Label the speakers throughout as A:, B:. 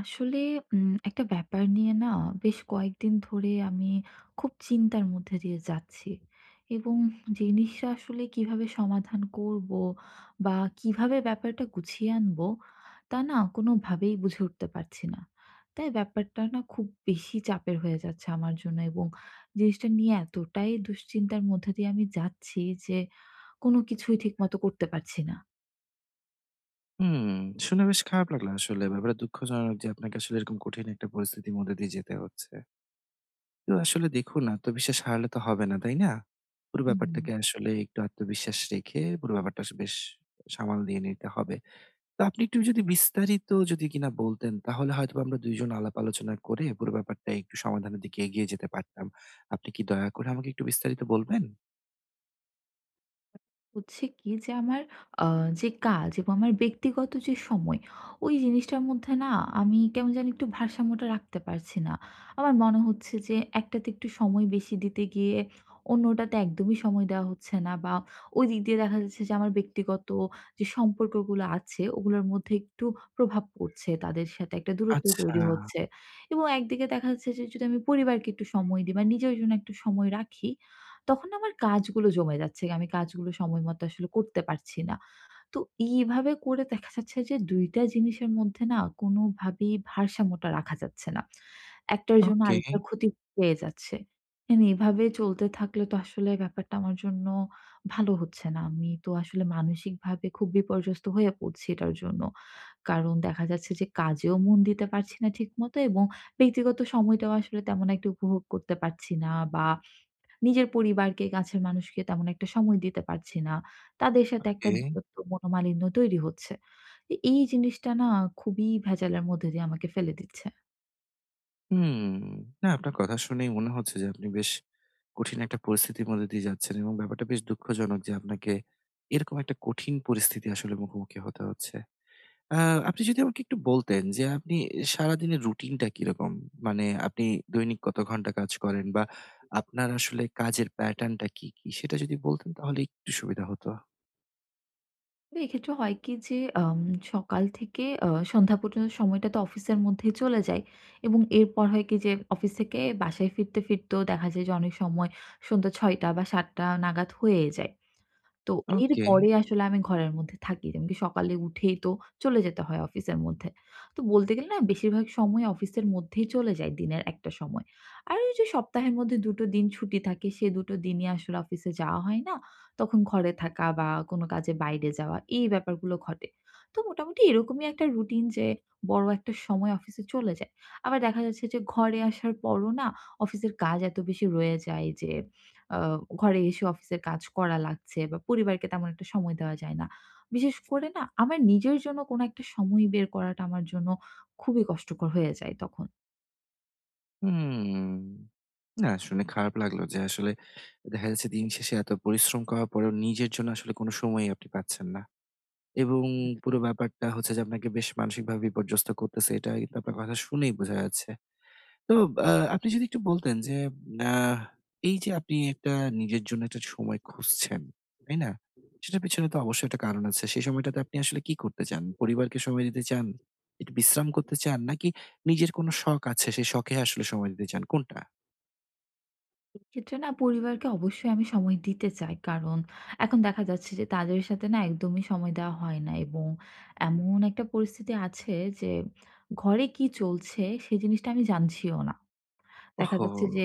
A: আসলে একটা ব্যাপার নিয়ে না বেশ কয়েকদিন ধরে আমি খুব চিন্তার মধ্যে দিয়ে যাচ্ছি এবং জিনিসটা আসলে কিভাবে সমাধান করব বা কিভাবে ব্যাপারটা গুছিয়ে আনবো, তা না কোনোভাবেই বুঝে উঠতে পারছি না। তাই ব্যাপারটা না খুব বেশি চাপের হয়ে যাচ্ছে আমার জন্য, এবং জিনিসটা নিয়ে এতটাই দুশ্চিন্তার মধ্যে দিয়ে আমি যাচ্ছি যে কোনো কিছুই ঠিকমতো করতে পারছি না।
B: হুম, শুনে বেশ খারাপ লাগলো আসলে। ব্যাপারটা দুঃখজনক যে আপনাকে আসলে এরকম কঠিন একটা পরিস্থিতির মধ্যে দিয়ে যেতে হচ্ছে। তো আসলে দেখুন আত্মবিশ্বাস হারালে তো হবে না, তাই না? পুরো
A: হুম।
B: ব্যাপারটাকে আসলে একটু আত্মবিশ্বাস রেখে পুরো ব্যাপারটা বেশ সামাল দিয়ে নিতে হবে। তো আপনি একটু যদি বিস্তারিত যদি কিনা বলতেন তাহলে হয়তোবা আমরা ২ জন আলাপ আলোচনা করে পুরো ব্যাপারটা একটু সমাধানের দিকে এগিয়ে যেতে পারতাম। আপনি কি দয়া করে আমাকে একটু বিস্তারিত বলবেন?
A: হচ্ছে কি যে আমার আ যে কাজ এবং আমার ব্যক্তিগত যে সময়, ওই জিনিসটার মধ্যে না আমি কেমন জানি একটু ভারসাম্যটা রাখতে পারছি না। আমার মনে হচ্ছে যে একটাতে একটু সময় বেশি দিতে গিয়ে অন্যটাতে একদমই সময় দেওয়া হচ্ছে না, বা ওই দিক দিয়ে দেখা যাচ্ছে যে আমার ব্যক্তিগত যে সম্পর্কগুলো আছে ওগুলোর মধ্যে একটু প্রভাব পড়ছে। তাদের সাথে একটা দূরত্ব
B: আচ্ছা,
A: তৈরি হচ্ছে, এবং একদিকে দেখা যাচ্ছে যে যদি আমি পরিবারকে একটু সময় দিই বা নিজের জন্য একটু সময় রাখি, তখন আমার কাজগুলো জমে যাচ্ছে। আমি কাজগুলো সময় মতো আসলে করতে পারছি না। তো এইভাবে করে দেখা যাচ্ছে যে ২ টা জিনিসের মধ্যে না কোনোভাবেই ভারসাম্যটা রাখা যাচ্ছে না। একটার জন্য
B: ওকে,
A: আরেকটার ক্ষতি হয়ে যাচ্ছে। এভাবে চলতে থাকলে তো আসলে ব্যাপারটা আমার জন্য ভালো হচ্ছে না। আমি তো আসলে মানসিকভাবে খুব বিপর্যস্ত হয়ে পড়ছি এটার জন্য। কারণ দেখা যাচ্ছে যে কাজেও মন দিতে পারছি না ঠিকমতো, এবং ব্যক্তিগত সময়টাও আসলে তেমন একটা উপভোগ করতে পারছি না, বা নিজের পরিবারকে, কাছের মানুষকে তেমন একটা সময় দিতে পারছি না। তাদের সাথে একটা
B: ওকে।
A: দূরত্ব, মনোমালিন্য তৈরি হচ্ছে। তো এই জিনিসটা না খুবই ভেজালের মধ্যে দিয়ে আমাকে ফেলে দিচ্ছে।
B: হুম। না আপনার কথা শুনেই মনে হচ্ছে যে আপনি বেশ কঠিন একটা পরিস্থিতির মধ্যে দিয়ে যাচ্ছেন এবং ব্যাপারটা বেশ দুঃখজনক যে আপনাকে এরকম একটা কঠিন পরিস্থিতি আসলে মুখোমুখি হতে হচ্ছে। আ আপনি যদি আমাকে একটু বলতেন যে আপনি সারাদিনের রুটিনটা কিরকম? মানে আপনি দৈনিক কত ঘন্টা কাজ করেন বা আপনার আসলে কাজের প্যাটার্নটা কি, কি? সেটা যদি বলতেন তাহলে একটু সুবিধা হতো।
A: তো এক্ষেত্রে হয় কি যে সকাল থেকে সন্ধ্যা পর্যন্ত সময়টা তো অফিসের মধ্যেই চলে যায়, এবং এরপর হয় কি যে অফিস থেকে বাসায় ফিরতেও দেখা যায় যে অনেক সময় সন্ধ্যা ৬ঃ০০ বা ৭ঃ০০ নাগাদ হয়ে যায়। তো
B: ওকে।
A: এরপরে আসলে আমি ঘরের মধ্যে থাকি। যেমন কি সকালে উঠেই তো চলে যেতে হয় অফিসের মধ্যে। তো বলতে গেলে না বেশিরভাগ সময় অফিসের মধ্যেই চলে যায় দিনের একটা সময়। আর ওই যে সপ্তাহের মধ্যে ২ টো দিন ছুটি থাকে, সে ২ টো দিনই আসলে অফিসে যাওয়া হয় না। তখন ঘরে থাকা বা কোনো কাজে বাইরে যাওয়া এই ব্যাপারগুলো ঘটে। তো মোটামুটি এরকমই একটা রুটিন যে বড় একটা সময় অফিসে চলে যায়। আবার দেখা যাচ্ছে যে ঘরে আসার পরও না অফিসের কাজ এত বেশি রয়ে যায় যে আ ঘরে এসে অফিসের কাজ করা লাগছে, বা পরিবারকে তেমন একটা সময় দেওয়া যায় না। বিশেষ করে না আমার নিজের জন্য কোনো একটা সময় বের করাটা আমার জন্য খুবই কষ্টকর হয়ে যায় তখন।
B: হুম। না শুনে খারাপ লাগলো যে আসলে দেখা যাচ্ছে দিন শেষে এত পরিশ্রম করার পরেও নিজের জন্য আসলে কোনো সময়ই আপনি পাচ্ছেন না। এবং
A: হুম।
B: পুরো ব্যাপারটা হচ্ছে যে আপনাকে বেশ মানসিকভাবে বিপর্যস্ত করতেছে। এটা কিন্তু আপনার কথা শুনেই বোঝা যাচ্ছে। তো আ আপনি যদি একটু বলতেন যে আ এই যে আপনি একটা নিজের জন্য একটা সময় খুঁজছেন, তাই না? সেটার পেছনে তো অবশ্যই একটা কারণ আছে। সেই সময়টাতে আপনি আসলে কি করতে চান? পরিবারকে সময় দিতে চান? একটু বিশ্রাম করতে চান? নাকি নিজের কোনো শখ আছে, সেই শখে আসলে সময় দিতে চান? কোনটা?
A: এক্ষেত্রে না পরিবারকে অবশ্যই আমি সময় দিতে চাই। কারণ এখন দেখা যাচ্ছে যে তাদের সাথে না একদমই সময় দেওয়া হয় না, এবং এমন একটা পরিস্থিতি আছে যে ঘরে কি চলছে সে জিনিসটা আমি জানছিও না। দেখা
B: ওহো!
A: যাচ্ছে যে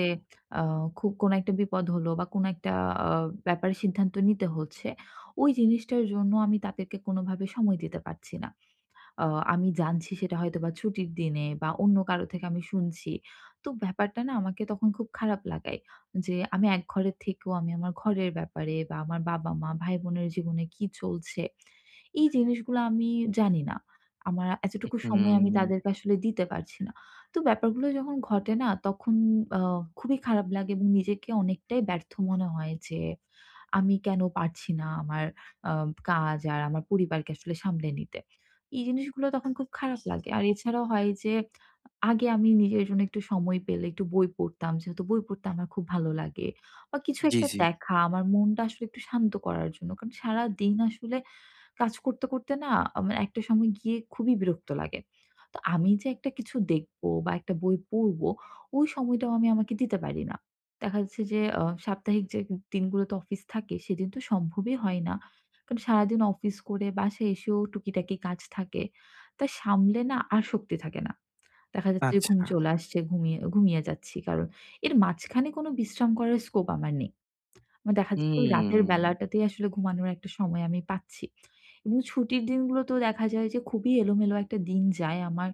A: আ খুব কোনো একটা বিপদ হলো বা কোনো একটা আ ব্যাপারে সিদ্ধান্ত নিতে হচ্ছে। ওই জিনিসটার জন্য আমি তাদেরকে কোনোভাবে সময় দিতে পারছি না। আ আমি জানছি সেটা হয়তোবা ছুটির দিনে বা অন্য কারো থেকে আমি শুনছি। তো ব্যাপারটা না আমাকে তখন খুব খারাপ লাগায় যে আমি এক ঘরের থেকেও আমি আমার ঘরের ব্যাপারে বা আমার বাবা-মা, ভাই-বোনের জীবনে কি চলছে, এই জিনিসগুলো আমি জানি না। আমার এতটুকু সময় আমি
B: হুম,
A: তাদেরকে আসলে দিতে পারছি না। তো ব্যাপারগুলো যখন ঘটে না তখন আ খুবই খারাপ লাগে, এবং নিজেকে অনেকটাই ব্যর্থ মনে হয় যে আমি কেন পারছি না আমার আ কাজ আর আমার পরিবারকে আসলে সামলে নিতে। এই জিনিসগুলো তখন খুব খারাপ লাগে। আর এছাড়াও হয় যে আগে আমি নিজের জন্য একটু সময় পেলে একটু বই পড়তাম। যেহেতু বই পড়তে আমার খুব ভালো লাগে। বা কিছু
B: জি,
A: একটা
B: জি।
A: দেখা আমার মনটা আসলে একটু শান্ত করার জন্য। কারণ সারাদিন আসলে কাজ করতে, করতে না আমার একটা সময় গিয়ে খুবই বিরক্ত লাগে। তো আমি যে একটা কিছু দেখবো বা একটা বই পড়বো, ওই সময়টাও আমি আমাকে দিতে পারি না। দেখা যাচ্ছে যে সাপ্তাহিক যে দিনগুলোতে অফিস থাকে সেদিন তো সম্ভবই হয় না। কারণ সারাদিন অফিস করে বাসায় এসেও টুকিটাকি কাজ থাকে। তা সামলে না আর শক্তি থাকে না। দেখা যাচ্ছে যে
B: আচ্ছা।
A: ঘুম চলে আসছে, ঘুমিয়ে ঘুমিয়ে যাচ্ছি। কারণ এর মাঝখানে কোনো বিশ্রাম করার স্কোপ আমার নেই। আমার দেখা যাচ্ছে ওই রাতের
B: হুম,
A: বেলাটাতেই আসলে ঘুমানোর একটা সময় আমি পাচ্ছি। এবং ছুটির দিনগুলোতেও দেখা যায় যে খুবই এলোমেলো একটা দিন যায় আমার।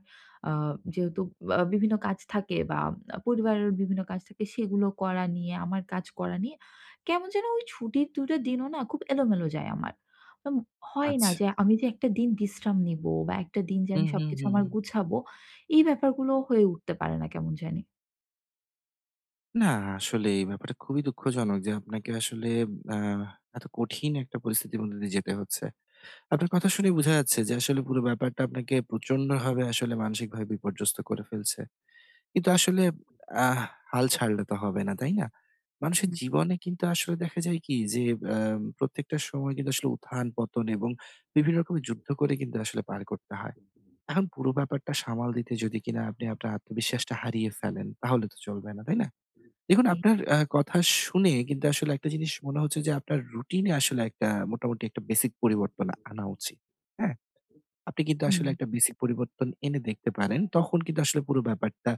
A: আ যেহেতু বিভিন্ন কাজ থাকে বা পরিবারের বিভিন্ন কাজ থাকে সেগুলো করা নিয়ে, আমার কাজ করা নিয়ে কেমন যেন ওই ছুটির ২ টা দিনও না খুব এলোমেলো যায় আমার। উম হয় না
B: আচ্ছা।
A: যে আমি যে একটা দিন বিশ্রাম নিবো বা একটা দিন যে
B: হুম,
A: আমি
B: হুম,
A: সবকিছু
B: হুম।
A: আমার গুছাবো, এই ব্যাপারগুলো হয়ে উঠতে পারে না কেমন জানি।
B: না আসলেই ব্যাপারটা খুবই দুঃখজনক যে আপনাকে আসলে আ এত কঠিন একটা পরিস্থিতির মধ্যে দিয়ে যেতে হচ্ছে। আপনার কথা শুনে বোঝা যাচ্ছে যে আসলে পুরো ব্যাপারটা আপনাকে প্রচন্ডভাবে আসলে মানসিকভাবে বিপর্যস্ত করে ফেলছে। কিন্তু আসলে আহ হাল ছাড়লে তো হবে না, তাই না? মানুষের
A: হুম,
B: জীবনে কিন্তু আসলে দেখা যায় কি যে প্রত্যেকটা সময় কিন্তু আসলে উত্থান-পতন এবং বিভিন্ন রকমের যুদ্ধ করে কিন্তু আসলে পার করতে হয়। এখন পুরো ব্যাপারটা সামাল দিতে যদি কিনা আপনি আপনার আত্মবিশ্বাসটা হারিয়ে ফেলেন তাহলে তো চলবে না, তাই না? দেখুন
A: জি,
B: আপনার কথা শুনে কিন্তু আসলে একটা জিনিস মনে হচ্ছে যে আপনার রুটিন এ আসলে একটা মোটামুটি একটা বেসিক পরিবর্তন আনা উচিত। হ্যাঁ? আপনি কিন্তু আসলে
A: হুম।
B: একটা বেসিক পরিবর্তন এনে দেখতে পারেন। তখন কিন্তু আসলে পুরো ব্যাপারটা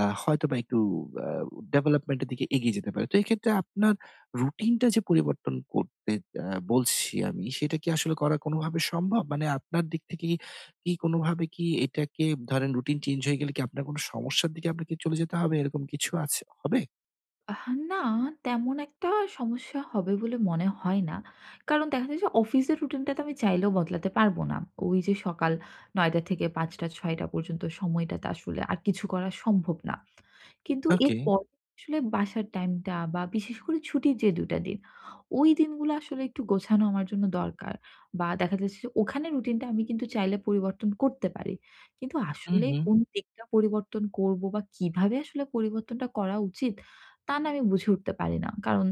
B: হয়তোবা একটু আ ডেভেলপমেন্ট এর দিকে এগিয়ে যেতে পারে। তো এক্ষেত্রে আপনার রুটিনটা যে পরিবর্তন করতে আ বলছি আমি, সেটা কি আসলে করা কোনোভাবে সম্ভব? মানে আপনার দিক থেকে কি, কি কোনোভাবে কি এটাকে ধরেন রুটিন চেঞ্জ হয়ে গেলে কি আপনার কোনো সমস্যার দিকে আপনাকে চলে যেতে হবে? এরকম কিছু আছে হবে?
A: আহ না, তেমন একটা সমস্যা হবে বলে মনে হয় না। কারণ দেখা যায় যে অফিসের রুটিনটা তো আমি চাইলেও বদলাতে পারব না। ওই যে সকাল ৯ঃ০০ থেকে ৫ঃ০০-৬ঃ০০ পর্যন্ত সময়টাতে আসলে আর কিছু করা সম্ভব না। কিন্তু
B: ওকে।
A: এরপরে আসলে বাসার টাইমটা বা বিশেষ করে ছুটির যে ২ টা দিন, ওই দিনগুলো আসলে একটু গোছানো আমার জন্য দরকার। বা দেখা যাচ্ছে যে ওখানে রুটিনটা আমি কিন্তু চাইলে পরিবর্তন করতে পারি। কিন্তু
B: হুম,
A: আসলে
B: হুম।
A: কোন দিকটা পরিবর্তন করব বা কিভাবে আসলে পরিবর্তনটা করা উচিত, তা না আমি বুঝে উঠতে পারি না। কারণ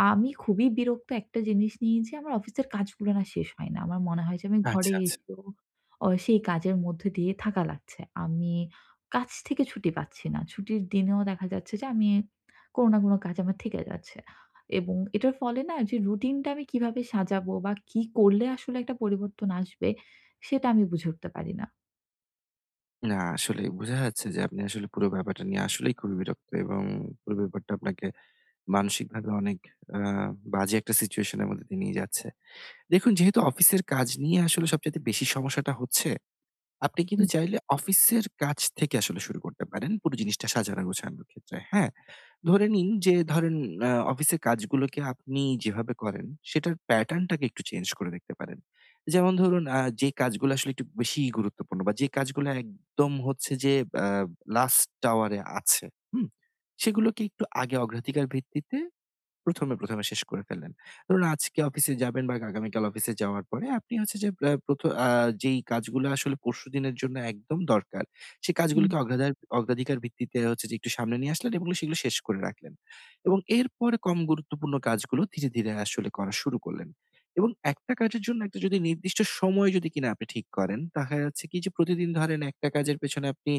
A: আমি খুবই বিরক্ত একটা জিনিস নিয়ে যে আমার অফিসের কাজগুলো না শেষ হয় না। আমার মনে হয় যে আমি
B: আচ্ছা,
A: ঘরে
B: আচ্ছা।
A: এসেও সেই কাজের মধ্যে দিয়ে থাকা লাগছে। আমি কাজ থেকে ছুটি পাচ্ছি না। ছুটির দিনেও দেখা যাচ্ছে যে আমি কোনো না কোনো কাজ আমার থেকে যাচ্ছে। এবং এটার ফলে না যে রুটিনটা আমি কিভাবে সাজাবো বা কি করলে আসলে একটা পরিবর্তন আসবে, সেটা আমি বুঝে উঠতে পারি না।
B: না আসলে বোঝা যাচ্ছে যে আপনি আসলে পুরো ব্যাপারটা নিয়ে আসলেই খুবই বিরক্ত এবং পুরো ব্যাপারটা আপনাকে মানসিকভাবে অনেক আ বাজে একটা সিচুয়েশন এর মধ্যে দিয়ে নিয়ে যাচ্ছে। দেখুন যেহেতু অফিসের কাজ নিয়ে আসলে সবচাইতে বেশি সমস্যাটা হচ্ছে, আপনি কিন্তু
A: হুম,
B: চাইলে অফিসের কাজ থেকে আসলে শুরু করতে পারেন পুরো জিনিসটা সাজানো গোছানোর ক্ষেত্রে। হ্যাঁ? ধরে নিন যে ধরেন অফিসের কাজগুলোকে আপনি যেভাবে করেন সেটার প্যাটার্নটাকে একটু চেঞ্জ করে দেখতে পারেন। যেমন ধরুন যে কাজগুলো আসলে একটু বেশিই গুরুত্বপূর্ণ বা যে কাজগুলো একদম হচ্ছে যে আ লাস্ট টাওয়ারে আছে, হুম? সেগুলোকে একটু আগে অগ্রাধিকার ভিত্তিতে প্রথমে শেষ করে ফেললেন। ধরুন আজকে অফিসে যাবেন বা আগামীকাল অফিসে যাওয়ার পরে আপনি হচ্ছে যে আ প্রথ আ যেই কাজগুলো আসলে পরশুদিনের জন্য একদম দরকার, সেই
A: হুম।
B: কাজগুলোকে অগ্রাধিকার ভিত্তিতে হচ্ছে যে একটু সামনে নিয়ে আসলেন এবং সেগুলো শেষ করে রাখলেন। এবং এরপরে কম গুরুত্বপূর্ণ কাজগুলো ধীরে, ধীরে আসলে করা শুরু করলেন। এবং একটা কাজের জন্য একটা যদি নির্দিষ্ট সময় যদি কিনা আপনি ঠিক করেন, দেখা যাচ্ছে কি যে প্রতিদিন ধরেন একটা কাজের পেছনে আপনি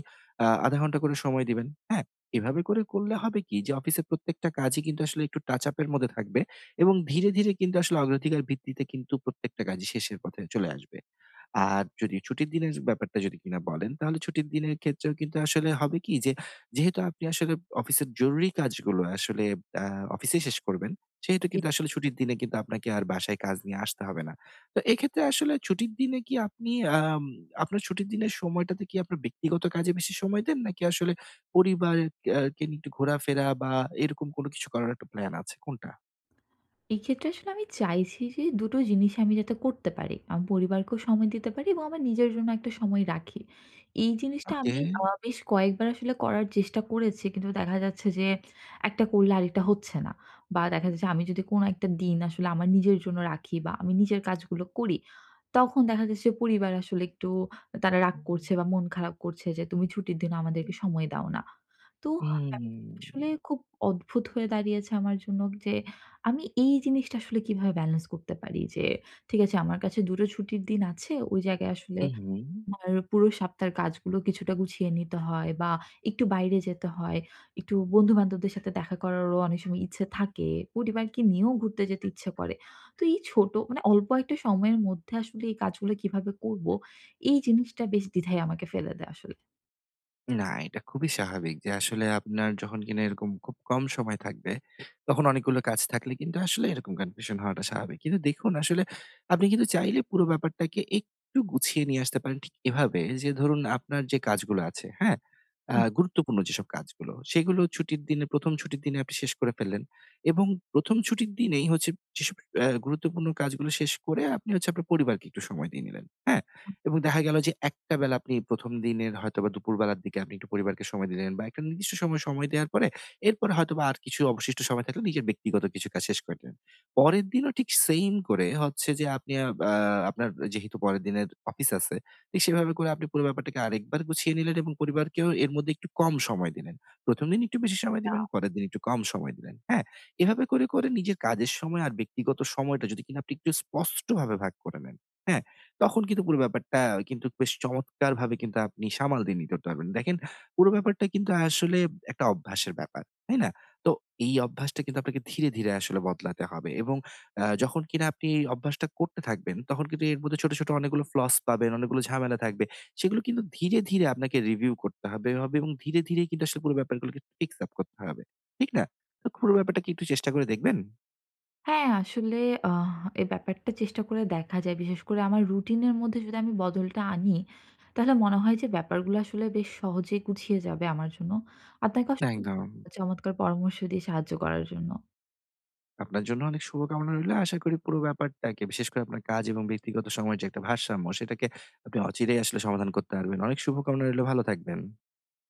B: ০.৫ ঘন্টা করে সময় দিবেন। হ্যাঁ? এভাবে করে করলে হবে কি যে অফিসের প্রত্যেকটা কাজই কিন্তু আসলে একটু টাচ আপ এর মধ্যে থাকবে এবং ধীরে, ধীরে কিন্তু আসলে অগ্রাধিকার ভিত্তিতে কিন্তু প্রত্যেকটা কাজই শেষের পথে চলে আসবে। আর যদি ছুটির দিনের ব্যাপারটা যদি কিনা বলেন, তাহলে ছুটির দিনের ক্ষেত্রেও কিন্তু আসলে হবে কি যে, যেহেতু আপনি আসলে অফিসের জরুরি কাজগুলো আসলে আ অফিসেই শেষ করবেন, সেহেতু কিন্তু আসলে ছুটির দিনে কিন্তু আপনাকে আর বাসায় কাজ নিয়ে আসতে হবে না। তো এক্ষেত্রে আসলে ছুটির দিনে কি আপনি আম আপনার ছুটির দিনের সময়টাতে কি আপনার ব্যক্তিগত কাজে বেশি সময় দেন? নাকি আসলে পরিবারের কে নিয়ে একটু ঘোরাফেরা বা এরকম কোনো কিছু করার একটা প্ল্যান আছে। কোনটা?
A: এক্ষেত্রে আসলে আমি চাইছি যে দুটো জিনিস আমি যাতে করতে পারি। আমার পরিবারকেও সময় দিতে পারি এবং আমার নিজের জন্য একটা সময় রাখি। এই জিনিসটা
B: ওকে।
A: আমি বেশ কয়েকবার আসলে করার চেষ্টা করেছি। কিন্তু দেখা যাচ্ছে যে একটা করলে আরেকটা হচ্ছে না। বা দেখা যাচ্ছে আমি যদি কোনো একটা দিন আসলে আমার নিজের জন্য রাখি বা আমি নিজের কাজগুলো করি, তখন দেখা যাচ্ছে পরিবার আসলে একটু তারা রাগ করছে বা মন খারাপ করছে যে, "তুমি ছুটির দিনও আমাদেরকে সময় দাও না।" তো
B: হুম,
A: ব্যাপারটা
B: হুম।
A: আসলে খুব অদ্ভুত হয়ে দাঁড়িয়েছে আমার জন্য যে আমি এই জিনিসটা আসলে কিভাবে ব্যালেন্স করতে পারি, যে ঠিক আছে আমার কাছে ২ টো ছুটির দিন আছে। ওই জায়গায় আসলে
B: হুম।
A: আমার পুরো সপ্তাহের কাজগুলো কিছুটা গুছিয়ে নিতে হয় বা একটু বাইরে যেতে হয়। একটু বন্ধু-বান্ধবদের সাথে দেখা করারও অনেক সময় ইচ্ছে থাকে। পরিবারকে নিয়েও ঘুরতে যেতে ইচ্ছে করে। তো এই ছোট মানে অল্প একটা সময়ের মধ্যে আসলে এই কাজগুলো কিভাবে করব, এই জিনিসটা বেশ দ্বিধায় আমাকে ফেলে দেয় আসলে।
B: না, এটা খুবই স্বাভাবিক যে আসলে আপনার যখন কিনা এরকম খুব কম সময় থাকবে, তখন অনেকগুলো কাজ থাকলে কিন্তু আসলে এরকম কনফিউশন হওয়াটা স্বাভাবিক। কিন্তু দেখুন আসলে আপনি কিন্তু চাইলে পুরো ব্যাপারটাকে একটু গুছিয়ে নিয়ে আসতে পারেন ঠিক এভাবে যে ধরুন আপনার যে কাজগুলো আছে, হ্যাঁ? গুরুত্বপূর্ণ যেসব কাজগুলো, সেগুলো ছুটির দিনে ১ম ছুটির দিনে আপনি শেষ করে ফেললেন এবং ১ম ছুটির দিনেই হচ্ছে যেসব গুরুত্বপূর্ণ কাজগুলো শেষ করে আপনি হচ্ছে আপনার পরিবারকে একটু সময় দিয়ে নিলেন, হ্যাঁ? এবং দেখা গেল যে একটা বেলা আপনি ১ম দিনের হয়তোবা দুপুরবেলার দিকে আপনি একটু পরিবারকে সময় দিলেন বা একটা নির্দিষ্ট সময় দেওয়ার পরে এরপরে হয়তোবা আর কিছু অবশিষ্ট সময় থাকলে নিজের ব্যক্তিগত কিছু কাজ শেষ করে দিলেন। পরের দিনও ঠিক সেইম করে হচ্ছে যে আপনি আ আ আপনার যেহেতু পরের দিনের অফিস আছে, ঠিক সেভাবে করে আপনি পুরো ব্যাপারটাকে আরেকবার গুছিয়ে নিলেন এবং পরিবারকেও এর মধ্যে একটু কম সময় দিলেন। ১ম দিন একটু বেশি সময় দিবেন, পরের দিন একটু কম সময় দিলেন। হ্যাঁ? এভাবে করে, করে নিজের কাজের সময় আর ব্যক্তিগত সময়টা যদি কিনা আপনি একটু স্পষ্টভাবে ভাগ করে নেন। হ্যাঁ? তখন কিন্তু পুরো ব্যাপারটা কিন্তু বেশ চমৎকারভাবে কিন্তু আপনি সামাল দিয়ে নিতে পারবেন। দেখেন পুরো ব্যাপারটা কিন্তু আসলে একটা অভ্যাসের ব্যাপার। তাই না? তো এই অভ্যাসটা কিন্তু আপনাকে ধীরে, ধীরে আসলে বদলাতে হবে এবং যখন কিনা আপনি এই অভ্যাসটা করতে থাকবেন তখন কিন্তু এর মধ্যে ছোট, ছোট অনেকগুলো ফ্লস পাবেন, অনেকগুলো ঝামেলা থাকবে। সেগুলো কিন্তু ধীরে, ধীরে আপনাকে রিভিউ করতে হবে হবে এবং ধীরে, ধীরে কিন্তু আসলে পুরো ব্যাপারগুলোকে ফিক্স আপ করতে হবে। ঠিক না? তো পুরো ব্যাপারটা কি একটু চেষ্টা করে দেখবেন?
A: হ্যাঁ, আসলে আহ এই ব্যাপারটা চেষ্টা করে দেখা যায়। বিশেষ করে আমার রুটিনের মধ্যে যদি আমি বদলটা আনি, তাহলে মনে হয় যে ব্যাপারগুলো আসলে বেশ সহজেই গুছিয়ে যাবে আমার জন্য। আপনাকে
B: না
A: অসংখ্য
B: একদম।
A: ধন্যবাদ চমৎকার পরামর্শ দিয়ে সাহায্য করার জন্য।
B: আপনার জন্য অনেক শুভকামনা রইলো। আশা করি পুরো ব্যাপারটাকে বিশেষ করে আপনার কাজ এবং ব্যক্তিগত সময়ের যে একটা ভারসাম্য, সেটাকে আপনি অচিরেই আসলে সমাধান করতে পারবেন। অনেক শুভকামনা রইলো। ভালো থাকবেন।